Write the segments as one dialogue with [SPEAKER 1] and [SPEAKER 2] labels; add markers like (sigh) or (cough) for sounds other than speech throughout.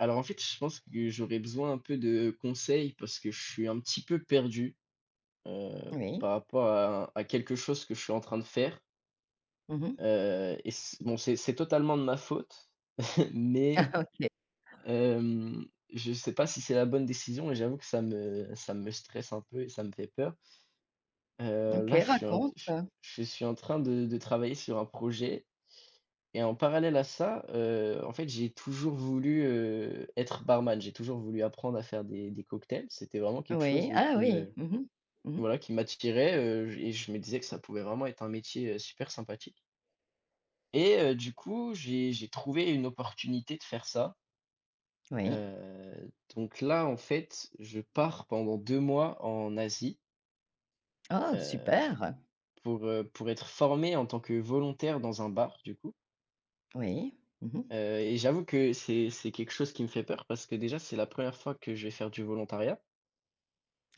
[SPEAKER 1] Alors en fait, je pense que j'aurais besoin un peu de conseils parce que je suis un petit peu perdu euh,
[SPEAKER 2] Oui.
[SPEAKER 1] par rapport à quelque chose que je suis en train de faire.
[SPEAKER 2] Mmh.
[SPEAKER 1] Et bon, c'est totalement de ma faute, (laughs)
[SPEAKER 2] Ah
[SPEAKER 1] mais
[SPEAKER 2] OK.
[SPEAKER 1] euh, je sais pas si c'est la bonne décision et j'avoue que ça me stresse un peu et ça me fait peur. Là,
[SPEAKER 2] OK,
[SPEAKER 1] je suis
[SPEAKER 2] raconte.
[SPEAKER 1] je suis en train de travailler sur un projet. Et en parallèle à ça, en fait, j'ai toujours voulu, être barman. J'ai toujours voulu apprendre à faire des cocktails. C'était vraiment quelque
[SPEAKER 2] Oui.
[SPEAKER 1] chose,
[SPEAKER 2] Ah
[SPEAKER 1] qui me
[SPEAKER 2] oui. Mmh mh. Mmh.
[SPEAKER 1] voilà, qui m'attirait, j et je me disais que ça pouvait vraiment être un métier, super sympathique. Et du coup, j'ai trouvé une opportunité de faire ça.
[SPEAKER 2] Oui.
[SPEAKER 1] Donc là, en fait, je pars pendant 2 mois en Asie,
[SPEAKER 2] Oh
[SPEAKER 1] heu,
[SPEAKER 2] super!
[SPEAKER 1] pour être formé en tant que volontaire dans un bar, du coup.
[SPEAKER 2] Oui. Mmh.
[SPEAKER 1] Et j'avoue que c'est quelque chose qui me fait peur parce que déjà, c'est la première fois que je vais faire du volontariat,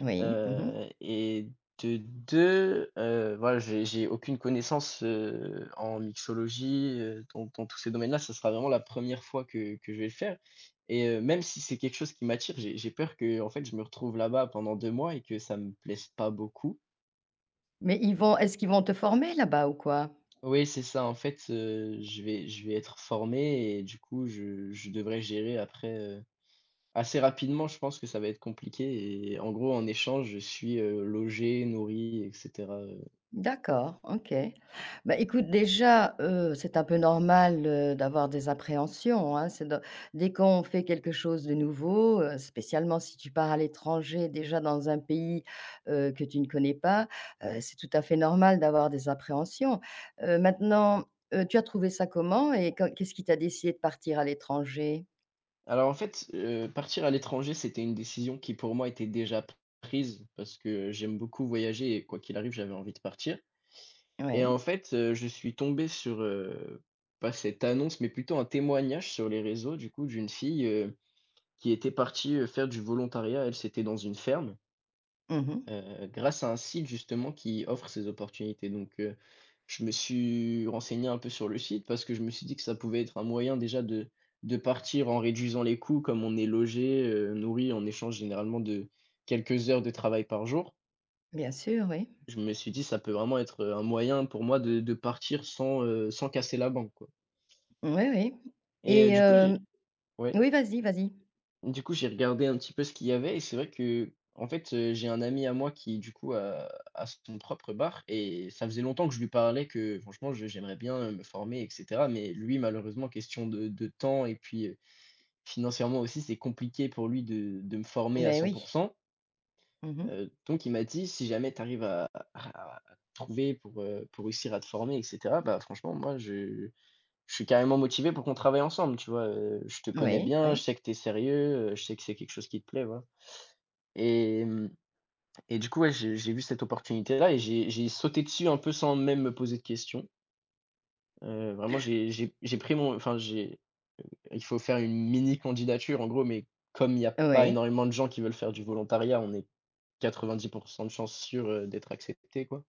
[SPEAKER 2] Oui. Mmh.
[SPEAKER 1] et de deux, voilà, j'ai aucune connaissance, en mixologie, dans tous ces domaines-là. Ça sera vraiment la première fois que je vais le faire. Et même si c'est quelque chose qui m'attire, j'ai peur que en fait, je me retrouve là-bas pendant 2 mois et que ça me plaise pas beaucoup.
[SPEAKER 2] Mais ils vont est-ce qu'ils vont te former là-bas ou quoi?
[SPEAKER 1] Oui, c'est ça, en fait, je vais être formé et du coup, je devrais gérer après, assez rapidement, je pense que ça va être compliqué. Et en gros, en échange, je suis, logé, nourri et cetera.
[SPEAKER 2] D'accord, OK. Bah, écoute déjà, c'est un peu normal, d'avoir des appréhensions, hein. C'est de Dès qu'on fait quelque chose de nouveau, spécialement si tu pars à l'étranger, déjà dans un pays, que tu ne connais pas, c'est tout à fait normal d'avoir des appréhensions. Maintenant, tu as trouvé ça comment et quand qu'est-ce qui t'a décidé de partir à l'étranger?
[SPEAKER 1] Alors en fait, partir à l'étranger, c'était une décision qui pour moi était déjà prise parce que j'aime beaucoup voyager et quoi qu'il arrive, j'avais envie de partir. Et
[SPEAKER 2] Oui.
[SPEAKER 1] en fait, je suis tombé sur, pas cette annonce, mais plutôt un témoignage sur les réseaux du coup d'une fille, qui était partie, faire du volontariat. Elle, c'était dans une ferme
[SPEAKER 2] Mmh.
[SPEAKER 1] heu, grâce à un site justement qui offre ces opportunités, donc je me suis renseigné un peu sur le site parce que je me suis dit que ça pouvait être un moyen déjà de partir en réduisant les coûts comme on est logé, nourri en échange généralement de quelques heures de travail par jour.
[SPEAKER 2] Bien sûr, oui.
[SPEAKER 1] Je me suis dit: «Ça peut vraiment être, un moyen pour moi de partir sans casser la banque, quoi.»
[SPEAKER 2] Oui, oui.
[SPEAKER 1] Et
[SPEAKER 2] Et
[SPEAKER 1] du coup
[SPEAKER 2] hem
[SPEAKER 1] j'ai… Ouais?
[SPEAKER 2] oui, vas-y, vas-y.
[SPEAKER 1] Du coup, j'ai regardé un petit peu ce qu'il y avait et c'est vrai que, en fait, j'ai un ami à moi qui, du coup, a son propre bar et ça faisait longtemps que je lui parlais que franchement, je j'aimerais bien, me former et cetera. Mais lui, malheureusement, question de temps et puis, financièrement aussi, c'est compliqué pour lui de me former à
[SPEAKER 2] Mais
[SPEAKER 1] 100…
[SPEAKER 2] oui. Mmh.
[SPEAKER 1] Donc il m'a dit: «Si jamais tu arrives à trouver pour réussir à te former et cetera, bah, franchement, moi, je suis carrément motivé pour qu'on travaille ensemble, tu vois? Je te connais
[SPEAKER 2] Oui,
[SPEAKER 1] bien, je
[SPEAKER 2] oui.
[SPEAKER 1] sais que tu es sérieux, je sais que c'est quelque chose qui te plaît, voilà». Et hem et du coup, ouais, j'ai vu cette opportunité-là et j'ai sauté dessus un peu sans même me poser de questions. Vraiment, j'ai pris mon enfin, j'ai il faut faire une mini candidature, en gros, mais comme il y a pas
[SPEAKER 2] Ouais,
[SPEAKER 1] énormément de gens qui veulent faire du volontariat, on est 90% de chances sûres, d'être accepté, quoi.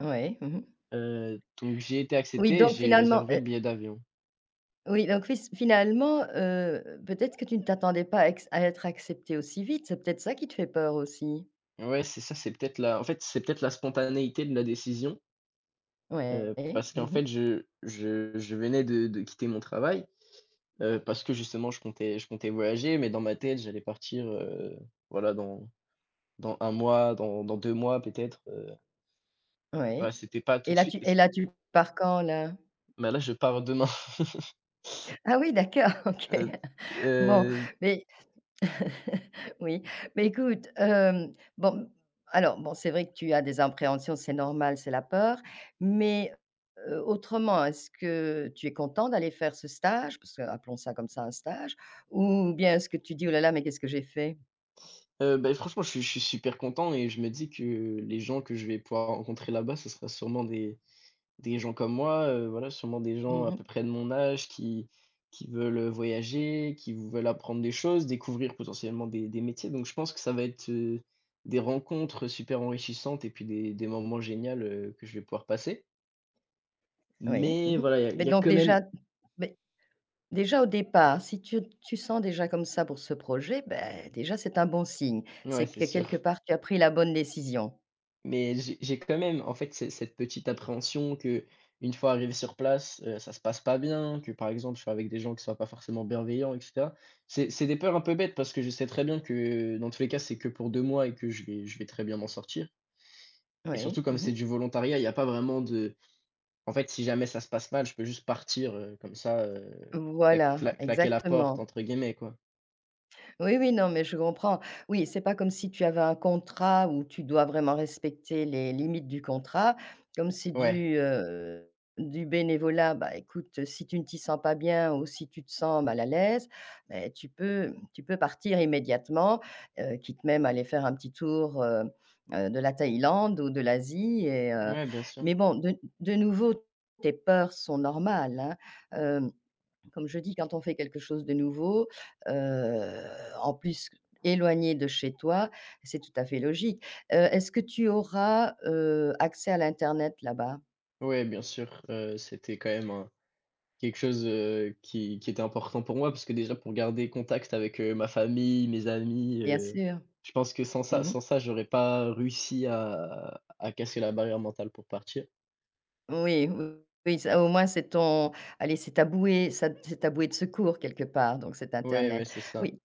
[SPEAKER 2] ouais. Mmh.
[SPEAKER 1] Donc j'ai été
[SPEAKER 2] Oui,
[SPEAKER 1] accepté et
[SPEAKER 2] donc
[SPEAKER 1] j'ai
[SPEAKER 2] finalement,
[SPEAKER 1] réservé le billet d'avion.
[SPEAKER 2] oui, donc fis finalement, peut-être que tu ne t'attendais pas à être acceptée aussi vite. C'est peut-être ça qui te fait peur aussi?
[SPEAKER 1] Ouais, c'est ça, c'est peut-être la en fait, c'est peut-être la spontanéité de la décision,
[SPEAKER 2] Ouais.
[SPEAKER 1] parce qu'en
[SPEAKER 2] Mmh.
[SPEAKER 1] fait, je venais de quitter mon travail. Parce que justement je comptais voyager, mais dans ma tête j'allais partir, voilà, dans 1 mois, dans 2 mois peut-être, voilà,
[SPEAKER 2] Ouais.
[SPEAKER 1] c'était pas tout
[SPEAKER 2] Et
[SPEAKER 1] de
[SPEAKER 2] là
[SPEAKER 1] suite
[SPEAKER 2] tu
[SPEAKER 1] et
[SPEAKER 2] et
[SPEAKER 1] c'est
[SPEAKER 2] là tu pars quand là?
[SPEAKER 1] bah, là je pars demain.
[SPEAKER 2] Ah oui d'accord, (laughs) OK.
[SPEAKER 1] (laughs) Heu,
[SPEAKER 2] Bon,
[SPEAKER 1] heu,
[SPEAKER 2] mais Oui, mais écoute, bon, alors bon, c'est vrai que tu as des appréhensions, c'est normal, c'est la peur, mais, autrement, est-ce que tu es content d'aller faire ce stage? Parce que appelons ça comme ça, un stage, ou bien est-ce que tu dis: «Oh là là, mais qu'est-ce que j'ai fait?»
[SPEAKER 1] Beh, franchement je suis super content et je me dis que les gens que je vais pouvoir rencontrer là-bas, ce sera sûrement des… Des gens comme moi, voilà, sûrement des gens à
[SPEAKER 2] Mmh.
[SPEAKER 1] peu près de mon âge qui veulent, voyager, qui veulent apprendre des choses, découvrir potentiellement des métiers. Donc je pense que ça va être, des rencontres super enrichissantes et puis des moments géniaux, que je vais pouvoir passer.
[SPEAKER 2] Oui,
[SPEAKER 1] Mais
[SPEAKER 2] mmh.
[SPEAKER 1] voilà, il
[SPEAKER 2] Mais
[SPEAKER 1] y a
[SPEAKER 2] donc
[SPEAKER 1] quand même…
[SPEAKER 2] déjà mais Déjà au départ, si tu sens déjà comme ça pour ce projet, ben déjà c'est un bon signe.
[SPEAKER 1] Ouais,
[SPEAKER 2] C'est
[SPEAKER 1] c'est
[SPEAKER 2] que
[SPEAKER 1] sûr.
[SPEAKER 2] quelque part tu as pris la bonne décision.
[SPEAKER 1] Mais j'ai quand même, en fait, ce cette petite appréhension que une fois arrivé sur place, ça se passe pas bien, que par exemple, je suis avec des gens qui soient pas forcément bienveillants et cetera. C'est des peurs un peu bêtes parce que je sais très bien que, dans tous les cas, c'est que pour 2 mois et que je vais très bien m'en sortir et surtout
[SPEAKER 2] Oui,
[SPEAKER 1] comme c'est
[SPEAKER 2] mmh.
[SPEAKER 1] du volontariat, il y a pas vraiment de en fait, si jamais ça se passe mal, je peux juste partir, comme ça,
[SPEAKER 2] Voilà,
[SPEAKER 1] «claquer la porte»
[SPEAKER 2] exactement.
[SPEAKER 1] entre guillemets, quoi.
[SPEAKER 2] Oui, oui, non, mais je comprends. Oui, c'est pas comme si tu avais un contrat où tu dois vraiment respecter les limites du contrat. Comme c'est
[SPEAKER 1] Ouais,
[SPEAKER 2] du bénévolat, bah, écoute, si tu ne t'y sens pas bien ou si tu te sens mal à l'aise, beh, tu peux partir immédiatement, quitte même à aller faire un petit tour, de la Thaïlande ou de l'Asie et
[SPEAKER 1] ouais, bien sûr.
[SPEAKER 2] mais bon, de nouveau, tes peurs sont normales, hein. Hem Comme je dis, quand on fait quelque chose de nouveau, heu, en plus éloigné de chez toi, c'est tout à fait logique. Est-ce que tu auras, accès à l'internet là-bas?
[SPEAKER 1] Ouais, bien sûr, c'était quand même un… Quelque chose, qui était important pour moi, parce que déjà pour garder contact avec, ma famille, mes amis,
[SPEAKER 2] Bien sûr.
[SPEAKER 1] je pense que
[SPEAKER 2] Mmh mh.
[SPEAKER 1] sans ça, j'aurais pas réussi à casser la barrière mentale pour partir.
[SPEAKER 2] Oui, oui, ça au moins c'est ton allez, c'est ta bouée, ça c'est ta bouée de secours quelque part, donc cet
[SPEAKER 1] Ouais, ouais,
[SPEAKER 2] internet.
[SPEAKER 1] c'est ça.
[SPEAKER 2] Oui,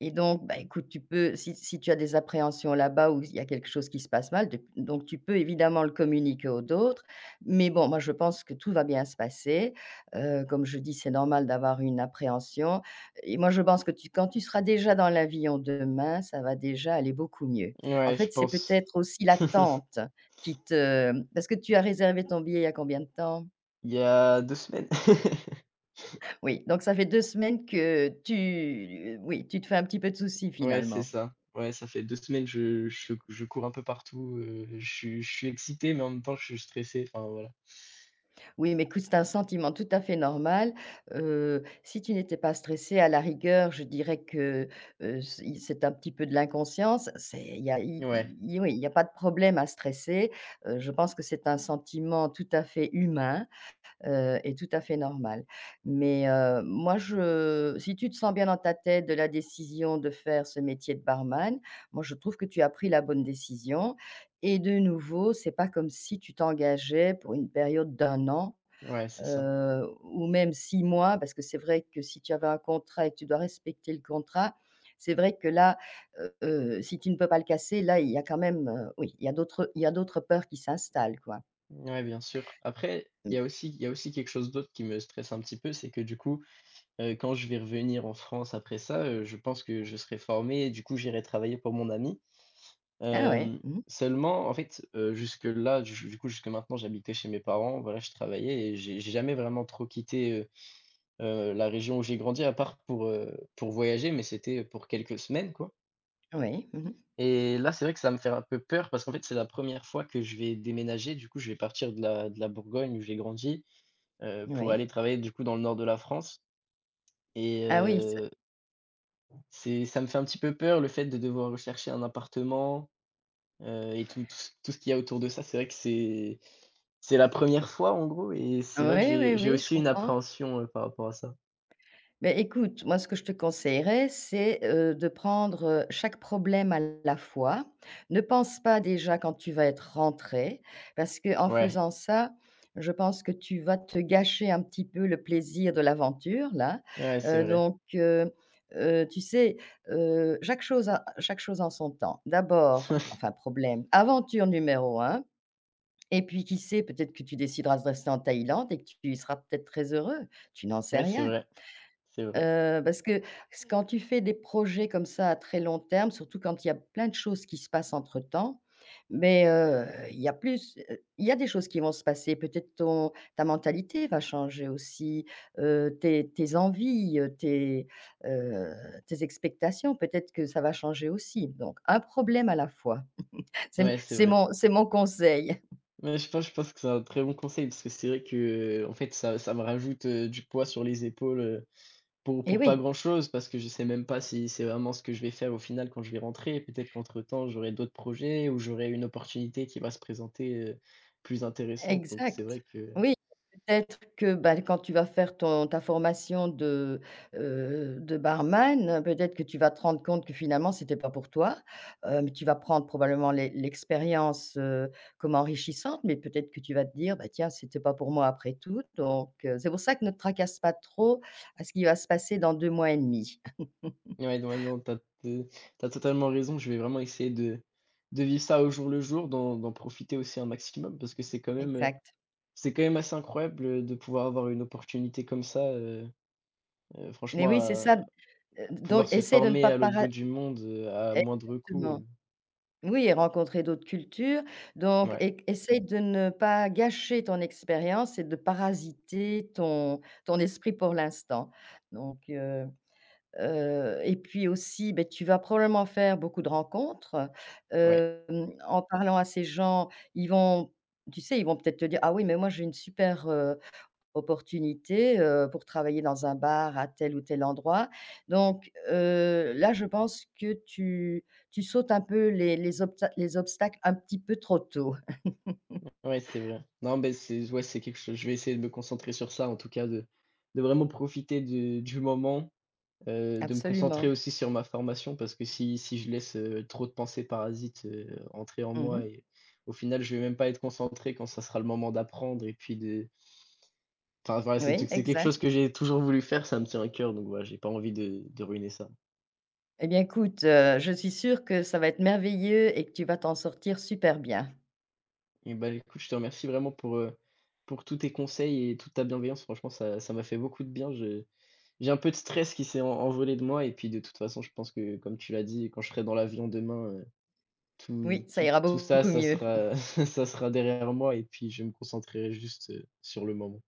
[SPEAKER 2] et donc, bah, écoute, tu peux si tu as des appréhensions là-bas où il y a quelque chose qui se passe mal, de donc tu peux évidemment le communiquer aux autres. Mais bon, moi, je pense que tout va bien se passer. Comme je dis, c'est normal d'avoir une appréhension et moi, je pense que tu quand tu seras déjà dans l'avion demain, ça va déjà aller beaucoup mieux. En
[SPEAKER 1] Ouais, je
[SPEAKER 2] fait, c'est
[SPEAKER 1] pense.
[SPEAKER 2] peut-être aussi
[SPEAKER 1] (laughs)
[SPEAKER 2] l'attente qui te parce que tu as réservé ton billet il y a combien de temps?
[SPEAKER 1] Il y a 2 semaines. (laughs)
[SPEAKER 2] Oui, donc ça fait 2 semaines que tu oui, tu te fais un petit peu de soucis
[SPEAKER 1] Ouais, c'est
[SPEAKER 2] finalement.
[SPEAKER 1] ça. Ouais, ça fait 2 semaines, je cours un peu partout, je suis excité, mais en même temps, je suis stressé, enfin, voilà.
[SPEAKER 2] Oui, mais écoute, c'est un sentiment tout à fait normal. Si tu n'étais pas stressée, à la rigueur, je dirais que, c'est un petit peu de l'inconscience. C'est il n'y a i
[SPEAKER 1] Ouais,
[SPEAKER 2] i Oui, il y a pas de problème à stresser. Je pense que c'est un sentiment tout à fait humain, et tout à fait normal. Mais, moi, je si tu te sens bien dans ta tête de la décision de faire ce métier de barman, moi, je trouve que tu as pris la bonne décision et de nouveau, c'est pas comme si tu t'engageais pour une période d'un an
[SPEAKER 1] ouais, c'est ça.
[SPEAKER 2] ou même 6 mois parce que c'est vrai que si tu avais un contrat et que tu dois respecter le contrat, c'est vrai que là, si tu ne peux pas le casser, là, il y a quand même, oui, il y a d'autres peurs qui s'installent, quoi.
[SPEAKER 1] Ouais, bien sûr. Après,
[SPEAKER 2] Mmh.
[SPEAKER 1] il y a aussi quelque chose d'autre qui me stresse un petit peu, c'est que du coup, quand je vais revenir en France après ça, je pense que je serai formé et du coup, j'irai travailler pour mon ami.
[SPEAKER 2] Ah ouais,
[SPEAKER 1] Hem,
[SPEAKER 2] mmh,
[SPEAKER 1] Seulement, en fait, jusque-là, du coup, jusque maintenant, j'habitais chez mes parents, voilà, je travaillais et j'ai jamais vraiment trop quitté, la région où j'ai grandi, à part pour voyager, mais c'était pour quelques semaines, quoi.
[SPEAKER 2] ouais. Oui. Mmh.
[SPEAKER 1] Et là, c'est vrai que ça va me fait un peu peur parce qu'en fait, c'est la première fois que je vais déménager. Du coup, je vais partir de la Bourgogne où j'ai grandi, pour
[SPEAKER 2] Oui.
[SPEAKER 1] aller travailler du coup dans le nord de la France. Et
[SPEAKER 2] Ah oui, c'est
[SPEAKER 1] c'est ça me fait un petit peu peur le fait de devoir rechercher un appartement, et tout ce qu'il y a autour de ça. C'est vrai que c'est la première fois en gros et c'est vrai que
[SPEAKER 2] oui, oui,
[SPEAKER 1] j'ai
[SPEAKER 2] oui, je
[SPEAKER 1] aussi une
[SPEAKER 2] comprends.
[SPEAKER 1] appréhension, par rapport à ça.
[SPEAKER 2] Mais écoute, moi, ce que je te conseillerais, c'est, de prendre, chaque problème à la fois. Ne pense pas déjà quand tu vas être rentré, parce que en
[SPEAKER 1] Ouais,
[SPEAKER 2] faisant ça, je pense que tu vas te gâcher un petit peu le plaisir de l'aventure, là.
[SPEAKER 1] ouais, c'est vrai.
[SPEAKER 2] Donc, tu sais, chaque chose en son temps. D'abord enfin
[SPEAKER 1] (laughs)
[SPEAKER 2] problème, aventure numéro 1. Et puis qui sait, peut-être que tu décideras de rester en Thaïlande et que tu y seras peut-être très heureux. Tu n'en sais
[SPEAKER 1] Ouais, c'est
[SPEAKER 2] rien.
[SPEAKER 1] vrai, c'est vrai.
[SPEAKER 2] Parce que s quand tu fais des projets comme ça à très long terme, surtout quand il y a plein de choses qui se passent entre-temps, mais il y a plus, il y a des choses qui vont se passer. Peut-être ton ta mentalité va changer aussi, tes envies, heu, tes expectations, peut-être que ça va changer aussi. Donc un problème à la fois. (laughs) C'est
[SPEAKER 1] Ouais, c'est
[SPEAKER 2] c'est
[SPEAKER 1] vrai.
[SPEAKER 2] mon c'est mon conseil.
[SPEAKER 1] Mais je pense que c'est un très bon conseil parce que c'est vrai que, en fait, ça me rajoute, du poids sur les épaules,
[SPEAKER 2] (laughs)
[SPEAKER 1] pour
[SPEAKER 2] Et
[SPEAKER 1] pas
[SPEAKER 2] oui.
[SPEAKER 1] grand-chose, parce que je sais même pas si c'est vraiment ce que je vais faire au final quand je vais rentrer. Peut-être qu'entre-temps, j'aurai d'autres projets ou j'aurai une opportunité qui va se présenter, plus intéressante. Donc c'est vrai
[SPEAKER 2] Exact.
[SPEAKER 1] que…
[SPEAKER 2] Oui, peut-être que, bah, quand tu vas faire ton ta formation de barman, peut-être que tu vas te rendre compte que finalement c'était pas pour toi. Mais tu vas prendre probablement l'expérience, comme enrichissante, mais peut-être que tu vas te dire: «Bah, tiens, c'était pas pour moi après tout», donc c'est pour ça que ne te tracasse pas trop à ce qui va se passer dans 2 mois et demi.
[SPEAKER 1] Ouais, non, ouais, non, t'as as tu totalement raison. Je vais vraiment essayer de vivre ça au jour le jour, d'en profiter aussi un maximum parce que
[SPEAKER 2] Exact.
[SPEAKER 1] c'est quand même assez incroyable, de pouvoir avoir une opportunité comme ça,
[SPEAKER 2] Mais
[SPEAKER 1] franchement,
[SPEAKER 2] oui, c'est ça,
[SPEAKER 1] à
[SPEAKER 2] donc
[SPEAKER 1] pouvoir se
[SPEAKER 2] essaie de ne
[SPEAKER 1] former
[SPEAKER 2] pas
[SPEAKER 1] à l'autre
[SPEAKER 2] para
[SPEAKER 1] bout du monde, à moindre coût,
[SPEAKER 2] exactement. Oui et rencontrer d'autres cultures, donc
[SPEAKER 1] ouais,
[SPEAKER 2] e essaye de ne pas gâcher ton expérience et de parasiter ton esprit pour l'instant. Donc et puis aussi, ben tu vas probablement faire beaucoup de rencontres,
[SPEAKER 1] ouais.
[SPEAKER 2] en parlant à ces gens, ils vont tu sais, ils vont peut-être te dire: «Ah oui, mais moi j'ai une super, opportunité, pour travailler dans un bar à tel ou tel endroit. Donc, là, je pense que tu sautes un peu les obstacles un petit peu trop tôt.
[SPEAKER 1] Ouais, c'est vrai. Non, beh, c'est ouais, c'est quelque chose, je vais essayer de me concentrer sur ça, en tout cas, de vraiment profiter de du moment, de me concentrer
[SPEAKER 2] Absolument.
[SPEAKER 1] aussi sur ma formation parce que si je laisse, trop de pensées parasites, entrer en
[SPEAKER 2] Mmh.
[SPEAKER 1] moi et au final, je vais même pas être concentré quand ça sera le moment d'apprendre et puis de enfin, voilà,
[SPEAKER 2] Oui,
[SPEAKER 1] c'est quelque chose que
[SPEAKER 2] exact.
[SPEAKER 1] j'ai toujours voulu faire, ça me tient à cœur, donc voilà, j'ai pas envie de ruiner ça.
[SPEAKER 2] Eh bien, écoute, je suis sûre que ça va être merveilleux et que tu vas t'en sortir super bien.
[SPEAKER 1] Et ben écoute, je te remercie vraiment pour tous tes conseils et toute ta bienveillance. Franchement, ça m'a fait beaucoup de bien. Je J'ai un peu de stress qui s'est en envolé de moi et puis de toute façon, je pense que comme tu l'as dit, quand je serai dans l'avion demain, tout
[SPEAKER 2] Oui, ça
[SPEAKER 1] tout
[SPEAKER 2] ira
[SPEAKER 1] tout ça,
[SPEAKER 2] beaucoup
[SPEAKER 1] ça
[SPEAKER 2] mieux.
[SPEAKER 1] sera (laughs) ça sera derrière moi et puis je me concentrerai juste, sur le moment.